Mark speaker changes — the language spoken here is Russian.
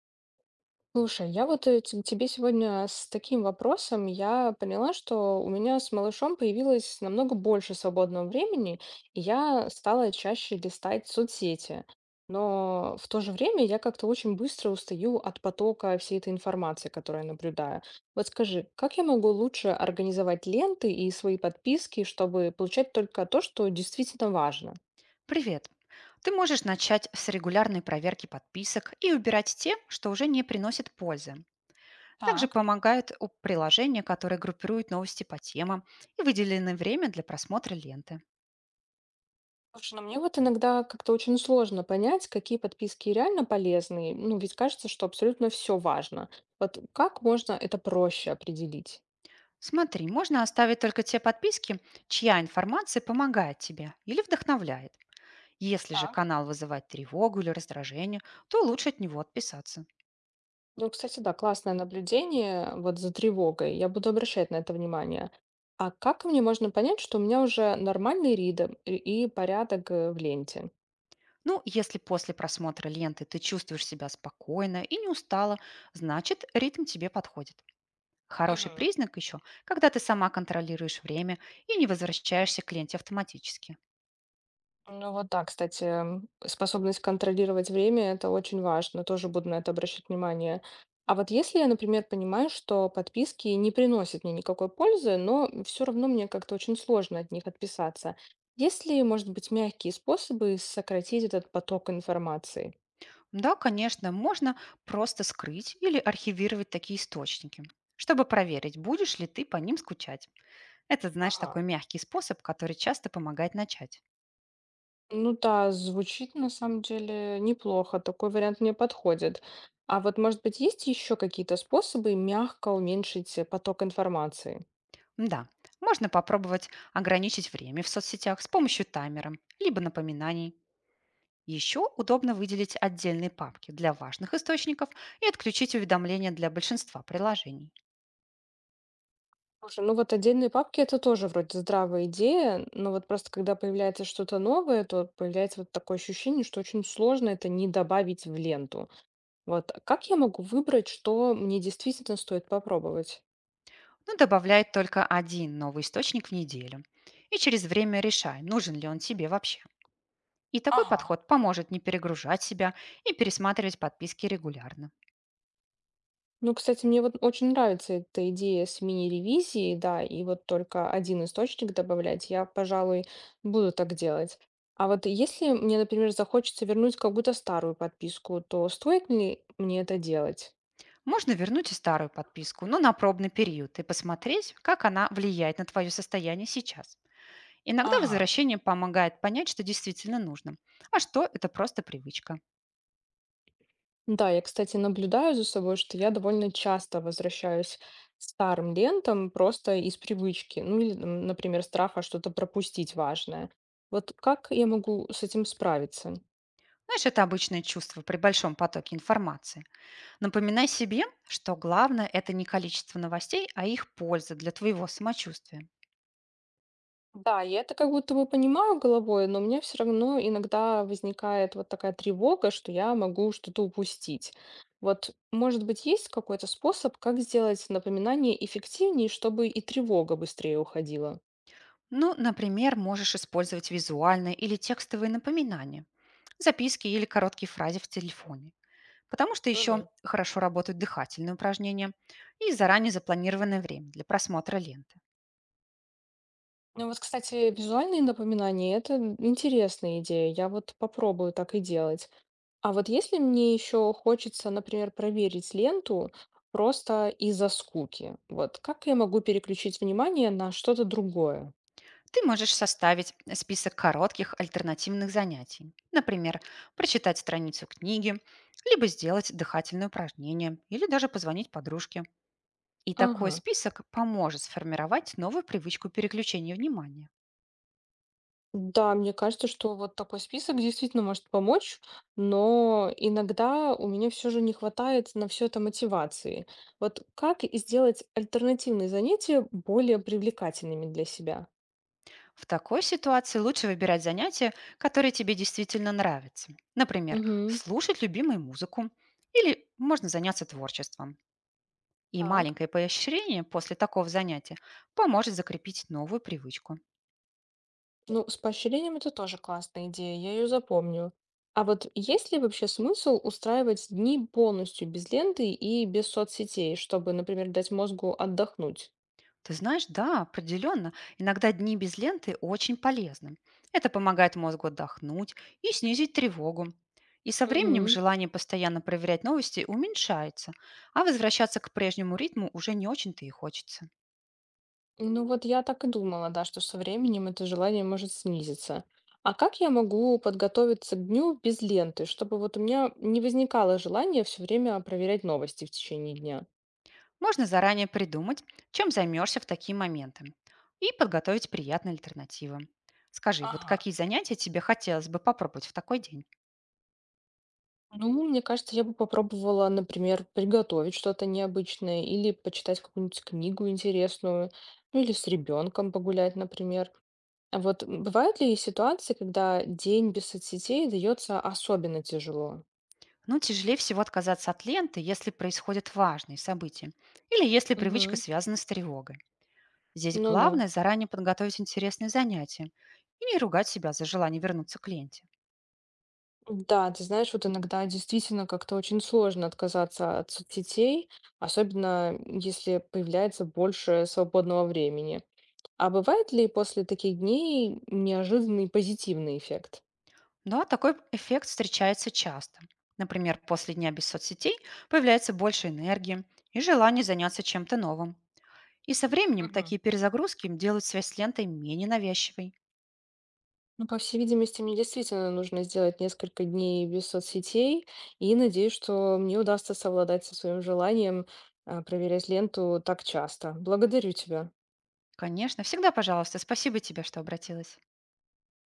Speaker 1: Слушай, я вот тебе сегодня с таким вопросом. Я поняла, что у меня с малышом появилось намного больше свободного времени, и я стала чаще листать соцсети. Но в то же время я как-то очень быстро устаю от потока всей этой информации, которую я наблюдаю. Вот скажи, как я могу лучше организовать ленты и свои подписки, чтобы получать только то, что действительно важно?
Speaker 2: Привет! Ты можешь начать с регулярной проверки подписок и убирать те, что уже не приносят пользы. Также
Speaker 1: Так.
Speaker 2: помогает приложение, которое группирует новости по темам и выделенное время для просмотра ленты.
Speaker 1: Слушай, ну мне вот иногда как-то очень сложно понять, какие подписки реально полезны. Ну, ведь кажется, что абсолютно все важно. Вот как можно это проще определить?
Speaker 2: Смотри, можно оставить только те подписки, чья информация помогает тебе или вдохновляет. Если же
Speaker 1: Так.
Speaker 2: канал вызывает тревогу или раздражение, то лучше от него отписаться.
Speaker 1: Ну, кстати, да, классное наблюдение вот за тревогой. Я буду обращать на это внимание. А как мне можно понять, что у меня уже нормальный ритм и порядок в ленте?
Speaker 2: Ну, если после просмотра ленты ты чувствуешь себя спокойно и не устала, значит ритм тебе подходит. Хороший
Speaker 1: Мгм.
Speaker 2: признак еще, когда ты сама контролируешь время и не возвращаешься к ленте автоматически.
Speaker 1: Ну вот так, кстати, способность контролировать время — это очень важно, тоже буду на это обращать внимание. А вот если я, например, понимаю, что подписки не приносят мне никакой пользы, но все равно мне как-то очень сложно от них отписаться, есть ли, может быть, мягкие способы сократить этот поток информации?
Speaker 2: Да, конечно, можно просто скрыть или архивировать такие источники, чтобы проверить, будешь ли ты по ним скучать. Это, знаешь,
Speaker 1: Ага.
Speaker 2: такой мягкий способ, который часто помогает начать.
Speaker 1: Ну да, звучит на самом деле неплохо, такой вариант мне подходит. А вот, может быть, есть еще какие-то способы мягко уменьшить поток информации?
Speaker 2: Да, можно попробовать ограничить время в соцсетях с помощью таймера, либо напоминаний. Еще удобно выделить отдельные папки для важных источников и отключить уведомления для большинства приложений.
Speaker 1: Слушай, ну вот отдельные папки — это тоже вроде здравая идея, но вот просто когда появляется что-то новое, то появляется вот такое ощущение, что очень сложно это не добавить в ленту. Вот а как я могу выбрать, что мне действительно стоит попробовать?
Speaker 2: Но добавляй только один новый источник в неделю. И через время решай, нужен ли он тебе вообще. И такой
Speaker 1: Ага.
Speaker 2: подход поможет не перегружать себя и пересматривать подписки регулярно.
Speaker 1: Ну, кстати, мне вот очень нравится эта идея с мини-ревизией, да, и вот только один источник добавлять, я, пожалуй, буду так делать. А вот если мне, например, захочется вернуть какую-то старую подписку, то стоит ли мне это делать?
Speaker 2: Можно вернуть и старую подписку, но на пробный период и посмотреть, как она влияет на твое состояние сейчас. Иногда
Speaker 1: Ага.
Speaker 2: возвращение помогает понять, что действительно нужно, а что это просто привычка.
Speaker 1: Да, я, кстати, наблюдаю за собой, что я довольно часто возвращаюсь к старым лентам просто из привычки, ну или, например, страха что-то пропустить важное. Вот как я могу с этим справиться?
Speaker 2: Знаешь, это обычное чувство при большом потоке информации. Напоминай себе, что главное– это не количество новостей, а их польза для твоего самочувствия.
Speaker 1: Да, я это как будто бы понимаю головой, но у меня все равно иногда возникает вот такая тревога, что я могу что-то упустить. Вот, может быть, есть какой-то способ, как сделать напоминание эффективнее, чтобы и тревога быстрее уходила?
Speaker 2: Ну, например, можешь использовать визуальные или текстовые напоминания, записки или короткие фразы в телефоне, потому что еще хорошо работают дыхательные упражнения и заранее запланированное время для просмотра ленты.
Speaker 1: Ну вот, кстати, визуальные напоминания — это интересная идея. Я вот попробую так и делать. А вот если мне еще хочется, например, проверить ленту просто из-за скуки, вот как я могу переключить внимание на что-то другое?
Speaker 2: Ты можешь составить список коротких альтернативных занятий, например, прочитать страницу книги, либо сделать дыхательное упражнение или даже позвонить подружке. И такой
Speaker 1: Ага.
Speaker 2: список поможет сформировать новую привычку переключения внимания.
Speaker 1: Да, мне кажется, что вот такой список действительно может помочь, но иногда у меня все же не хватает на все это мотивации. Вот как сделать альтернативные занятия более привлекательными для себя?
Speaker 2: В такой ситуации лучше выбирать занятия, которые тебе действительно нравятся. Например,
Speaker 1: Угу.
Speaker 2: слушать любимую музыку или можно заняться творчеством. И
Speaker 1: Так.
Speaker 2: маленькое поощрение после такого занятия поможет закрепить новую привычку.
Speaker 1: Ну, с поощрением это тоже классная идея, я ее запомню. А вот есть ли вообще смысл устраивать дни полностью без ленты и без соцсетей, чтобы, например, дать мозгу отдохнуть?
Speaker 2: Ты знаешь, да, определенно. Иногда дни без ленты очень полезны. Это помогает мозгу отдохнуть и снизить тревогу. И со временем
Speaker 1: Мгм.
Speaker 2: желание постоянно проверять новости уменьшается, а возвращаться к прежнему ритму уже не очень-то и хочется.
Speaker 1: Ну вот я так и думала, да, что со временем это желание может снизиться. А как я могу подготовиться к дню без ленты, чтобы вот у меня не возникало желания все время проверять новости в течение дня?
Speaker 2: Можно заранее придумать, чем займешься в такие моменты, и подготовить приятные альтернативы. Скажи, вот
Speaker 1: Ага.
Speaker 2: какие занятия тебе хотелось бы попробовать в такой день?
Speaker 1: Ну, мне кажется, я бы попробовала, например, приготовить что-то необычное или почитать какую-нибудь книгу интересную, ну или с ребенком погулять, например. А вот бывают ли ситуации, когда день без соцсетей дается особенно тяжело?
Speaker 2: Ну, тяжелее всего отказаться от ленты, если происходят важные события или если привычка
Speaker 1: Мгм.
Speaker 2: связана с тревогой. Здесь
Speaker 1: Ну да.
Speaker 2: главное заранее подготовить интересные занятия и не ругать себя за желание вернуться к ленте.
Speaker 1: Да, ты знаешь, вот иногда действительно как-то очень сложно отказаться от соцсетей, особенно если появляется больше свободного времени. А бывает ли после таких дней неожиданный позитивный эффект?
Speaker 2: Да, такой эффект встречается часто. Например, после дня без соцсетей появляется больше энергии и желание заняться чем-то новым. И со временем
Speaker 1: Мгм.
Speaker 2: такие перезагрузки делают связь с лентой менее навязчивой.
Speaker 1: Ну, по всей видимости, мне действительно нужно сделать несколько дней без соцсетей, и надеюсь, что мне удастся совладать со своим желанием, проверять ленту так часто. Благодарю тебя.
Speaker 2: Конечно, всегда пожалуйста. Спасибо тебе, что обратилась.